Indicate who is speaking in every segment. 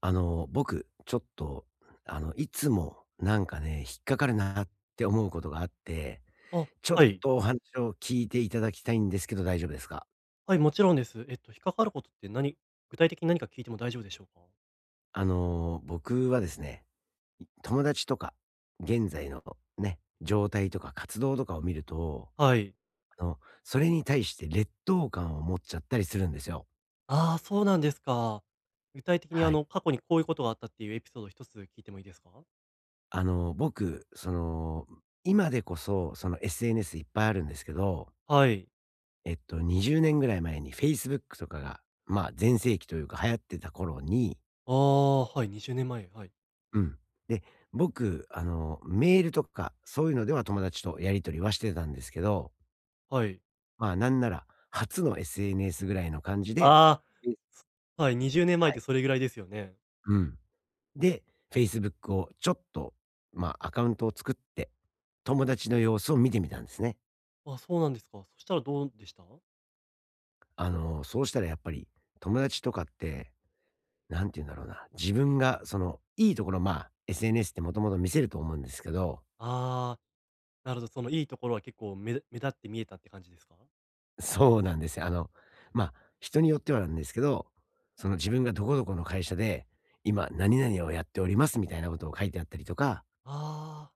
Speaker 1: 僕、ちょっと、あの、いつも、引っかかるなって思うことがあって、
Speaker 2: あ、
Speaker 1: ちょっ
Speaker 2: はい。
Speaker 1: とお話を聞いていただきたいんですけど大丈夫ですか？
Speaker 2: はい、もちろんです。引っかかることって具体的に何か聞いても大丈夫でしょうか？
Speaker 1: 僕はですね、友達とか、現在のね、状態とか活動とかを見ると、
Speaker 2: はい。
Speaker 1: それに対して劣等感を持っちゃったりするんですよ。
Speaker 2: ああ、そうなんですか。具体的に
Speaker 1: はい。
Speaker 2: 過去にこういうことがあったっていうエピソード一つ聞いてもいいですか？
Speaker 1: あの、僕、その、今でこそ、SNS いっぱいあるんですけど、
Speaker 2: はい。
Speaker 1: 20年ぐらい前に Facebook とかが、まあ、全盛期というか流行ってた頃に、
Speaker 2: ああ、はい、20年前、はい。
Speaker 1: うん。で、僕、あの、メールとか、そういうのでは友達とやり取りはしてたんですけど、
Speaker 2: はい。
Speaker 1: まあ、なんなら、初の SNS ぐらいの感じで、
Speaker 2: あ
Speaker 1: え
Speaker 2: あ、はい、20年前
Speaker 1: は
Speaker 2: って
Speaker 1: い。
Speaker 2: それぐらいですよね。
Speaker 1: うん。で、Facebook をちょっと、まあ、アカウントを作って、友達の様子を見てみたんですね。
Speaker 2: あ、そうなんですか。そしたらどうでした？
Speaker 1: そうしたらやっぱり、友達とかって、なんて言うんだろうな、自分がその、いいところ、まあ、SNS ってもともと見せると思うんですけど、
Speaker 2: ああー、なるほど、そのいいところは結構目立って見えたって感じですか？
Speaker 1: そうなんですよ。まあ、人によってはなんですけど、その自分がどこどこの会社で、今何々をやっておりますみたいなことを書いてあったりとか、
Speaker 2: あ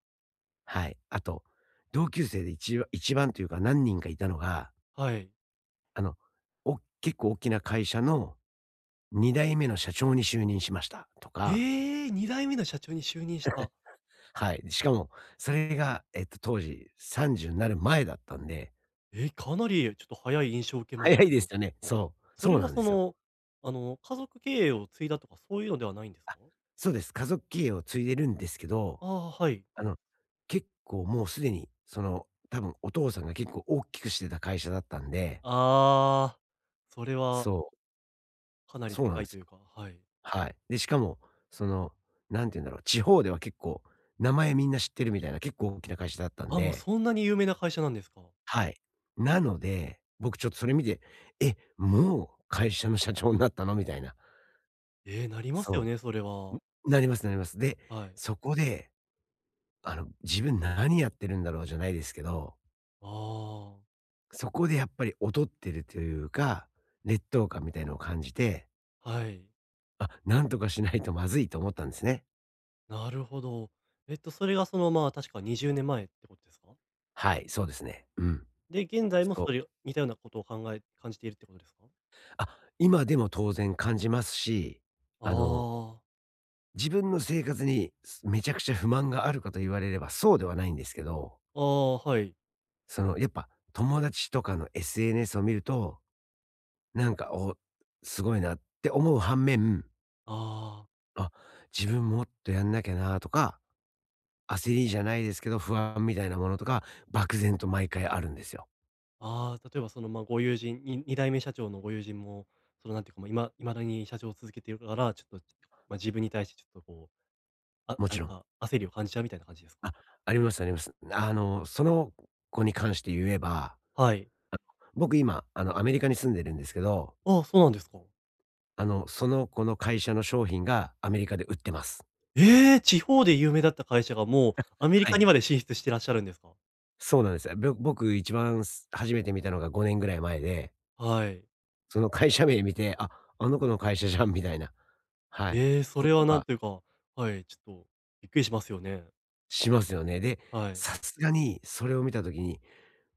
Speaker 1: はい。あと、同級生で一番一番というか何人かいたのが、
Speaker 2: あー、はい。
Speaker 1: あの、お結構大きな会社の2代目の社長に就任しましたとか、
Speaker 2: ええー、2代目の社長に就任した。
Speaker 1: はい。しかも、それが、当時30になる前だったんで、
Speaker 2: え、かなりちょっと早い印象を受けます
Speaker 1: 早い
Speaker 2: け
Speaker 1: です
Speaker 2: ど、
Speaker 1: よね。そう。
Speaker 2: それ
Speaker 1: そう
Speaker 2: は
Speaker 1: なん
Speaker 2: そ
Speaker 1: ですよ。
Speaker 2: の、家族経営を継いだとかそういうのではないんですか？
Speaker 1: そうです。家族経営を継いでるんですけど、
Speaker 2: ああー、はい。
Speaker 1: あの、結構もうすでに、その、多分お父さんが結構大きくしてた会社だったんで、
Speaker 2: ああ、それは
Speaker 1: そ
Speaker 2: かな
Speaker 1: う、
Speaker 2: り
Speaker 1: そう
Speaker 2: で
Speaker 1: なん
Speaker 2: か
Speaker 1: で
Speaker 2: い
Speaker 1: す
Speaker 2: とい
Speaker 1: よ。
Speaker 2: うか、はい。
Speaker 1: はい。で、しかも、その、何て言うんだろう、地方では結構名前みんな知ってるみたいな、結構大きな会社だったん
Speaker 2: あ、もう
Speaker 1: で、
Speaker 2: そんなに有名な会社なんですか？
Speaker 1: はい。なので、僕ちょっとそれ見て、「え、もう会社の社長になったの？」みたいな。
Speaker 2: なりますよ
Speaker 1: そ
Speaker 2: ね、それは。
Speaker 1: う。ん、なりますなります。で、
Speaker 2: はい。
Speaker 1: そこで自分何やってるんだろうじゃないですけど、
Speaker 2: ああ、
Speaker 1: そこでやっぱり劣ってるというか、劣等感みたいのを感じて、
Speaker 2: はい。
Speaker 1: あ、なんとかしないとまずいと思ったんですね。
Speaker 2: なるほど。それがまあ、確か20年前ってことですか？
Speaker 1: はい、そうですね。うん。
Speaker 2: で、現在も
Speaker 1: そう。
Speaker 2: それ似たようなことを感じているってことですか？
Speaker 1: あ、今でも当然感じますし、あの、
Speaker 2: ああ、
Speaker 1: 自分の生活にすめちゃくちゃ不満があるかと言われればそうではないんですけど、
Speaker 2: ああ、はい。
Speaker 1: そのやっぱ友達とかの SNS を見ると、なんか、お、すごいなって思う反面、
Speaker 2: ああ。
Speaker 1: あ、自分もっとやんなきゃなとか、焦りじゃないですけど、不安みたいなものとか、漠然と毎回あるんですよ。
Speaker 2: ああ、例えばまあ、ご友人、に2代目社長のご友人も、なんていうか、まあ、いまだに社長を続けているから、ちょっと、まあ、自分に対してちょっとこう、あ、
Speaker 1: も
Speaker 2: な
Speaker 1: ち
Speaker 2: ん
Speaker 1: ろん。
Speaker 2: か焦りを感じちゃうみたいな感じですか？
Speaker 1: あ、ありますあります。その子に関して言えば、
Speaker 2: はい。
Speaker 1: あ僕今、アメリカに住んでるんですけど、
Speaker 2: ああ、そうなんですか。
Speaker 1: その子の会社の商品がアメリカで売ってます。
Speaker 2: ええ、地方で有名だった会社がもうアメリ
Speaker 1: は
Speaker 2: カにま
Speaker 1: い。
Speaker 2: で進出してらっしゃるんですか？
Speaker 1: そうなんですよ。僕一番初めて見たのが5年ぐらい前で、
Speaker 2: はい。
Speaker 1: その会社名見て、あ、あの子の会社じゃんみたいな、はい、
Speaker 2: ええ、そ
Speaker 1: こ
Speaker 2: れ
Speaker 1: と
Speaker 2: はなん
Speaker 1: が、
Speaker 2: というか、はい、ちょっとびっくりしますよね。
Speaker 1: しますよね。で、
Speaker 2: はい。
Speaker 1: さすがにそれを見た時に、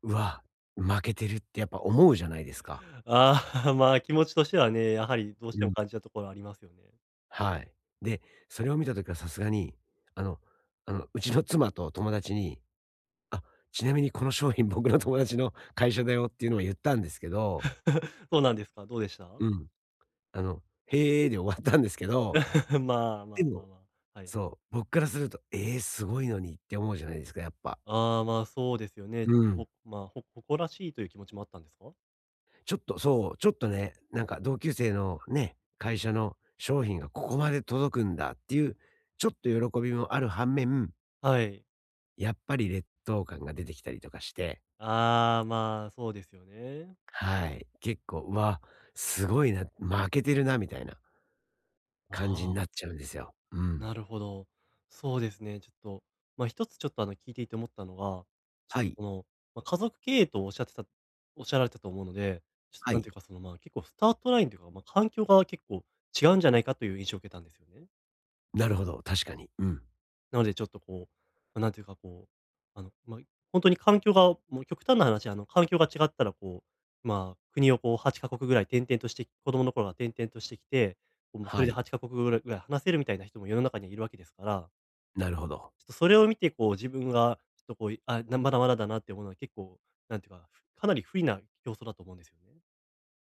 Speaker 1: うわ、負けてるってやっぱ思うじゃないですか。
Speaker 2: ああ、まあ、気持ちとしてはね、やはりどうし
Speaker 1: う
Speaker 2: ても
Speaker 1: ん。
Speaker 2: 感じたところありますよね。
Speaker 1: はい。で、それを見た時はさすがに、あのあの、うちの妻と友達に、あ、ちなみにこの商品僕の友達の会社だよっていうのを言ったんですけど、
Speaker 2: そうなんですか？どうでした？
Speaker 1: うん、へえで終わったんですけど、
Speaker 2: まあまあまあ
Speaker 1: で
Speaker 2: ま
Speaker 1: も、
Speaker 2: あ、はい。
Speaker 1: そう、僕からすると、ええ、すごいのにって思うじゃないですか、やっぱ。
Speaker 2: ああ、まあ、そうですよね。ちょっ
Speaker 1: う
Speaker 2: と、
Speaker 1: ん。
Speaker 2: ほまあ、ほ誇らしいという気持ちもあったんですか？
Speaker 1: ちょっと、そう、ちょっとね、なんか同級生のね、会社の商品がここまで届くんだっていう、ちょっと喜びもある反面、
Speaker 2: はい。
Speaker 1: やっぱり劣等感が出てきたりとかして、
Speaker 2: ああ、まあ、そうですよね。
Speaker 1: はい。結構、うわ、すごいな、負けてるな、みたいな感じに
Speaker 2: ああ、
Speaker 1: なっちゃうんですよ。うん。
Speaker 2: なるほど。そうですね、ちょっと、まあ、一つちょっと、聞いていて思ったのが、ちょっ
Speaker 1: は
Speaker 2: と、
Speaker 1: い。
Speaker 2: この、まあ、家族経営とおっしゃられたと思うので、ちょっ
Speaker 1: は
Speaker 2: と、なんていう
Speaker 1: い。
Speaker 2: か、まあ、結構スタートラインというか、環境が結構違うんじゃないかという印象を受けたんですよね。
Speaker 1: なるほど、確かに。うん。
Speaker 2: なのでちょっとこう、なんていうかこう、まあ、ほんに環境がもう極端な話、環境が違ったらこう、まあ、国をこう8カ国ぐらい転々として子供の頃は転々としてきて、こう、もうそ
Speaker 1: は
Speaker 2: れで
Speaker 1: い。
Speaker 2: 8カ国ぐらい話せるみたいな人も世の中にはいるわけですから、
Speaker 1: なるほど。
Speaker 2: ちょっとそれを見てこう自分がちょっとこう、あ、まだまだだなって思うのは結構、なんていうか、かなり不利な競争だと思うんですよね。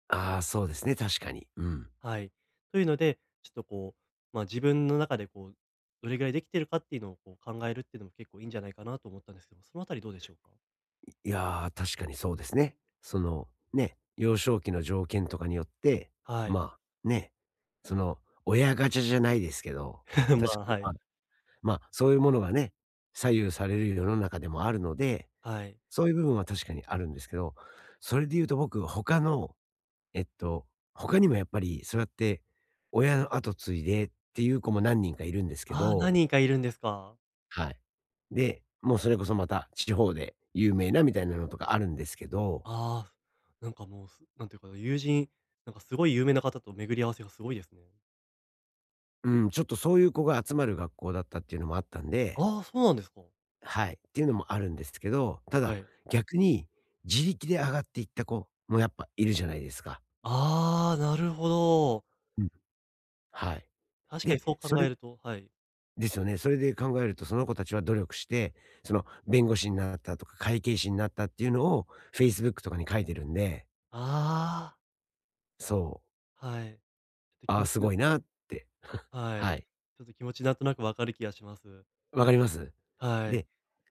Speaker 1: ああ、そうですね、確かに。うん。
Speaker 2: はい。というので、ちょっとこう、まあ、自分の中でこう、どれぐらいできてるかっていうのをこう考えるっていうのも結構いいんじゃないかなと思ったんですけども、そのあたりどうでしょうか？
Speaker 1: いやー、確かにそうですね。その、ね、幼少期の条件とかによって、
Speaker 2: はい。
Speaker 1: まあ、ね、その、親ガチャじゃないですけど、確か
Speaker 2: まあ、
Speaker 1: に、
Speaker 2: はい。
Speaker 1: そういうものがね、左右される世の中でもあるので、
Speaker 2: はい。
Speaker 1: そういう部分は確かにあるんですけど、それで言うと僕、他の、えっと、他にもやっぱりそうやって親の後継いでっていう子も何人かいるんですけ
Speaker 2: ああ、何
Speaker 1: ど、
Speaker 2: 人かいるんですか。
Speaker 1: はい。で、もうそれこそまた地方で有名なみたいなのとかあるんですけど、
Speaker 2: ああー、なんかもう、なんていうかな、なんかすごい有名な方と巡り合わせがすごいですね。
Speaker 1: うん、ちょっとそういう子が集まる学校だったっていうのもあったんで、
Speaker 2: ああ、そうなんですか。
Speaker 1: はい、っていうのもあるんですけど、た
Speaker 2: は
Speaker 1: だ、
Speaker 2: い。
Speaker 1: 逆に自力で上がっていった子もやっぱいるじゃないですか。
Speaker 2: ああ、なるほど。
Speaker 1: うん。はい。
Speaker 2: 確か
Speaker 1: で、
Speaker 2: にそう考えると、はい。
Speaker 1: ですよね。それで考えると、その子たちは努力して、その弁護士になったとか会計士になったっていうのを Facebook とかに書いてるんで、
Speaker 2: あ
Speaker 1: そう、
Speaker 2: あ、はい。ちょっと気
Speaker 1: ああ、
Speaker 2: 持
Speaker 1: す
Speaker 2: ちな
Speaker 1: ごいなって。
Speaker 2: はい。
Speaker 1: はい。
Speaker 2: ちょっと気持ちなんとなくわかる気がします。
Speaker 1: わかります。
Speaker 2: はい。
Speaker 1: で、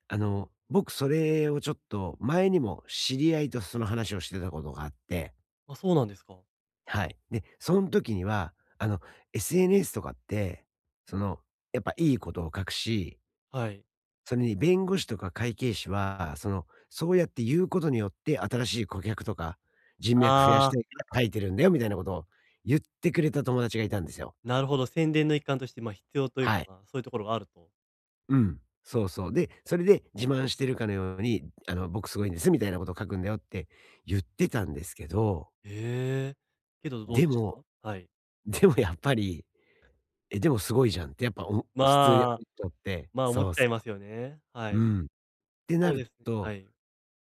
Speaker 1: 僕それをちょっと前にも知り合いとその話をしてたことがあって、
Speaker 2: あ、そうなんですか。
Speaker 1: はい。で、その時には、SNS とかって、その、やっぱいいことを書くし、
Speaker 2: はい。
Speaker 1: それに弁護士とか会計士は、その、そうやって言うことによって、新しい顧客とか、人脈増やし
Speaker 2: ああ、
Speaker 1: たいから書いてるんだよ、みたいなことを言ってくれた友達がいたんですよ。
Speaker 2: なるほど、宣伝の一環として、まあ、必要という
Speaker 1: は
Speaker 2: か、
Speaker 1: い。
Speaker 2: まあ、そういうところがあると。
Speaker 1: うん。そうそう。で、それで自慢してるかのように、僕すごいんです、みたいなことを書くんだよって言ってたんですけど、
Speaker 2: へえ。けどどう
Speaker 1: で
Speaker 2: でし
Speaker 1: も、
Speaker 2: た？はい。
Speaker 1: でもやっぱり、え、でもすごいじゃんってやっぱ普通に思
Speaker 2: まあ、
Speaker 1: っちゃって、
Speaker 2: 思っ
Speaker 1: そう
Speaker 2: ちゃ
Speaker 1: す
Speaker 2: いますよね。は
Speaker 1: う
Speaker 2: い。
Speaker 1: ん。ってな
Speaker 2: そう
Speaker 1: る
Speaker 2: ですね。
Speaker 1: と、
Speaker 2: はい。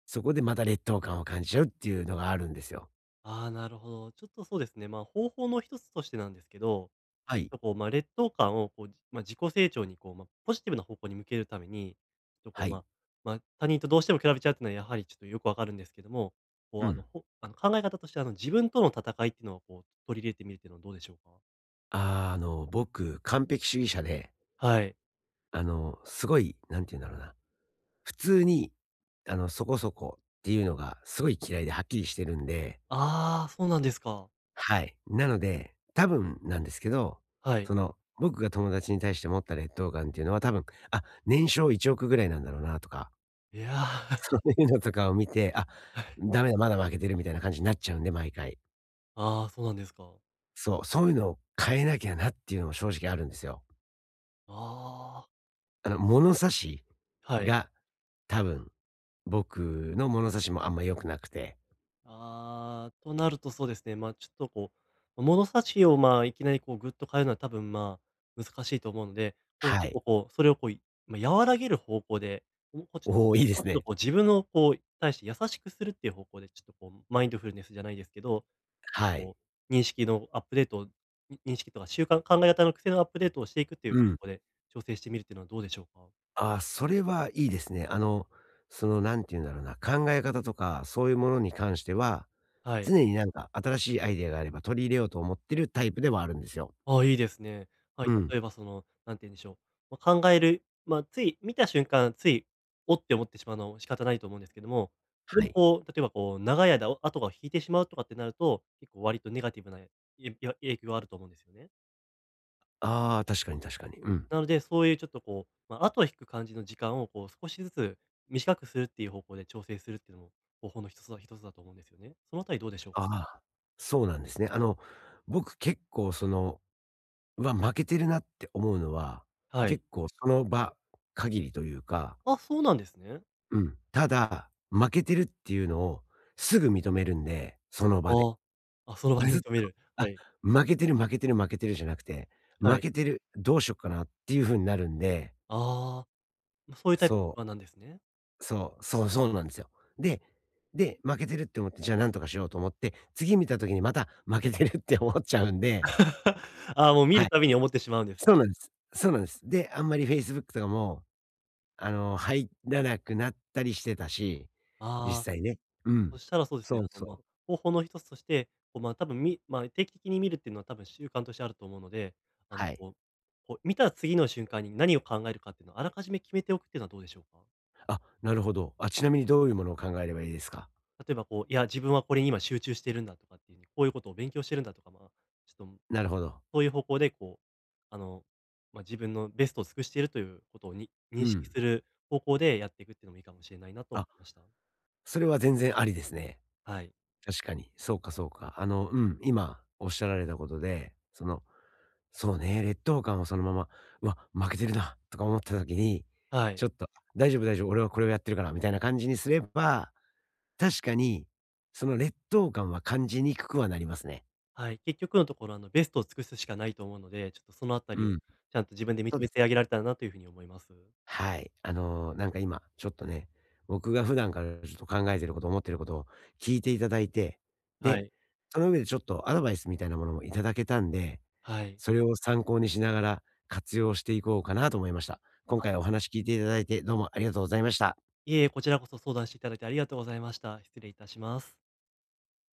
Speaker 1: そこでまた劣等感を感じちゃうっていうのがあるんですよ。
Speaker 2: ああ、なるほど。ちょっとそうですね、方法の一つとしてなんですけど、
Speaker 1: はい。
Speaker 2: こう、まあ、劣等感をこう、まあ、自己成長にこう、まあ、ポジティブな方向に向けるために、ちょっとこ
Speaker 1: は
Speaker 2: う、ま
Speaker 1: い。
Speaker 2: あまあ、他人とどうしても比べちゃうっていうのはやはりちょっとよくわかるんですけども、こ
Speaker 1: う
Speaker 2: う、あの、
Speaker 1: ん。
Speaker 2: ほあの、考え方として、自分との戦いっていうのをこう、取り入れてみるっていうのはどうでしょうか？
Speaker 1: 僕、完璧主義者で、
Speaker 2: はい。
Speaker 1: すごい、なんて言うんだろうな、普通に、そこそこっていうのがすごい嫌いではっきりしてるんで、
Speaker 2: ああ、そうなんですか。
Speaker 1: はい。なので、多分なんですけど、
Speaker 2: はい。
Speaker 1: その、僕が友達に対して持った劣等感っていうのは多分、あ、年商1億ぐらいなんだろうなとか、
Speaker 2: いや、は
Speaker 1: そういうのとかを見て、あ、
Speaker 2: い。
Speaker 1: ダメだ、まだ負けてるみたいな感じになっちゃうんで、毎回。
Speaker 2: ああ、そうなんですか。
Speaker 1: そう、そういうのを変えなきゃなっていうのも正直あるんですよ。
Speaker 2: あ
Speaker 1: 物差し
Speaker 2: あ、はい。
Speaker 1: が多分、僕の物差しもあんま良くなくて。
Speaker 2: ああ、となるとそうですね、まあ、ちょっとこう、物差しを、まあ、いきなりこうぐっと変えるのは多分、まあ、難しいと思うので、こう
Speaker 1: は
Speaker 2: 結
Speaker 1: い。
Speaker 2: 構こう、それをこう、まあ、和らげる方向で、もうこうちょっと
Speaker 1: おお、いいで
Speaker 2: も
Speaker 1: す
Speaker 2: うちょっと
Speaker 1: ね。
Speaker 2: こう自分のこう対して優しくするっていう方向で、ちょっとこうマインドフルネスじゃないですけど、
Speaker 1: はい。
Speaker 2: こう認識のアップデートを、に認識とか習慣考え方の癖のアップデートをしていくっていう
Speaker 1: うん。
Speaker 2: 方向で調整してみるっていうのはどうでしょうか？
Speaker 1: ああ、それはいいですね。なんて言うんだろうな、考え方とか、そういうものに関しては、
Speaker 2: はい。
Speaker 1: 常になんか新しいアイデアがあれば取り入れようと思ってるタイプではあるんですよ。
Speaker 2: ああ、いいですね。は
Speaker 1: う
Speaker 2: い、
Speaker 1: ん。
Speaker 2: 例えばなんて言うんでしょう、まあ、考える、まあ、つい見た瞬間、つい、おって思ってしまうのは仕方ないと思うんですけども、それ
Speaker 1: は
Speaker 2: を
Speaker 1: い。
Speaker 2: こう、例えばこう、長い間、後が引いてしまうとかってなると、結構割とネガティブな、影響があると思うんですよね。
Speaker 1: ああ、確かに確かに。うん。
Speaker 2: なので、そういうちょっとこう、まあ、後を引く感じの時間をこう少しずつ短くするっていう方向で調整するっていうのも、方法の一つだと思うんですよね。そのあたりどうでしょう？
Speaker 1: ああ、そうなんですね。僕結構その、うわ、負けてるなって思うのは、
Speaker 2: はい。
Speaker 1: 結構その場限りというか、
Speaker 2: あ、そうなんですね。
Speaker 1: うん。ただ、負けてるっていうのをすぐ認めるんで、その場で。
Speaker 2: ああ。あ、その場で
Speaker 1: ずっと、
Speaker 2: 認める。
Speaker 1: あ、
Speaker 2: はい。
Speaker 1: 負けてる負けてる負けてるじゃなくて、
Speaker 2: は
Speaker 1: 負
Speaker 2: い。
Speaker 1: けてる、どうしよっかなっていう風になるんで、
Speaker 2: ああ。ま、そういうタイプの
Speaker 1: そ
Speaker 2: 不安なんですね。
Speaker 1: そうそうなんですよ。で、で、負けてるって思って、じゃあ何とかしようと思って、次見た時にまた負けてるって思っちゃうんで、
Speaker 2: ああ、もう見
Speaker 1: はい。
Speaker 2: るたびに思ってしまうんですね。
Speaker 1: そうなんです。そうなんです。で、あんまり Facebook とかも、入らなくなったりしてたし、実
Speaker 2: ああ、
Speaker 1: 際ね。うん。
Speaker 2: そしたらそうです
Speaker 1: そ
Speaker 2: ね、
Speaker 1: うそ
Speaker 2: まあ、
Speaker 1: う。
Speaker 2: 方法の一つとして、こう、まあ、多分まあ、定期的に見るっていうのは多分習慣としてあると思うので、あの、
Speaker 1: はい。
Speaker 2: こうこう見た次の瞬間に何を考えるかっていうのをあらかじめ決めておくっていうのはどうでしょうか？
Speaker 1: あ、なるほど。あ、ちなみにどういうものを考えればいいですか？
Speaker 2: 例えばこう、いや、自分はこれに今集中してるんだとかっていうふうに、こういうことを勉強してるんだとか、まあ、ちょっと
Speaker 1: なるほど。
Speaker 2: そういう方向でこう、あの、まあ、自分のベストを尽くしているということに認
Speaker 1: う
Speaker 2: 識
Speaker 1: ん。
Speaker 2: する方向でやっていくっていうのもいいかもしれないなと思
Speaker 1: あ、
Speaker 2: いました。
Speaker 1: それは全然ありですね。
Speaker 2: はい。
Speaker 1: 確かに。そうかそうか。今おっしゃられたことで、その、そうね、劣等感をそのまま、「うわ、負けてるな」とか思った時に、
Speaker 2: はい。
Speaker 1: ちょっと、「大丈夫大丈夫、俺はこれをやってるから」みたいな感じにすれば確かに、その劣等感は感じにくくはなりますね。
Speaker 2: はい。結局のところ、ベストを尽くすしかないと思うので、ちょっとそのあた
Speaker 1: う
Speaker 2: りを
Speaker 1: ん。
Speaker 2: ちゃんと自分で
Speaker 1: そう
Speaker 2: 認
Speaker 1: で
Speaker 2: め
Speaker 1: す
Speaker 2: てあ
Speaker 1: ね。
Speaker 2: げられたらなというふうに思います。
Speaker 1: はい。なんか今、ちょっとね、僕が普段からちょっと考えてること、思ってることを聞いていただいて、
Speaker 2: は
Speaker 1: で、
Speaker 2: い。
Speaker 1: その上でちょっとアドバイスみたいなものもいただけたんで、
Speaker 2: はい。
Speaker 1: それを参考にしながら活用していこうかなと思いました。今
Speaker 2: あ、
Speaker 1: 回お話聞いていただいてどうもありがとうございました。
Speaker 2: いえいえ、こちらこそ相談していただいてありがとうございました。失礼いたします。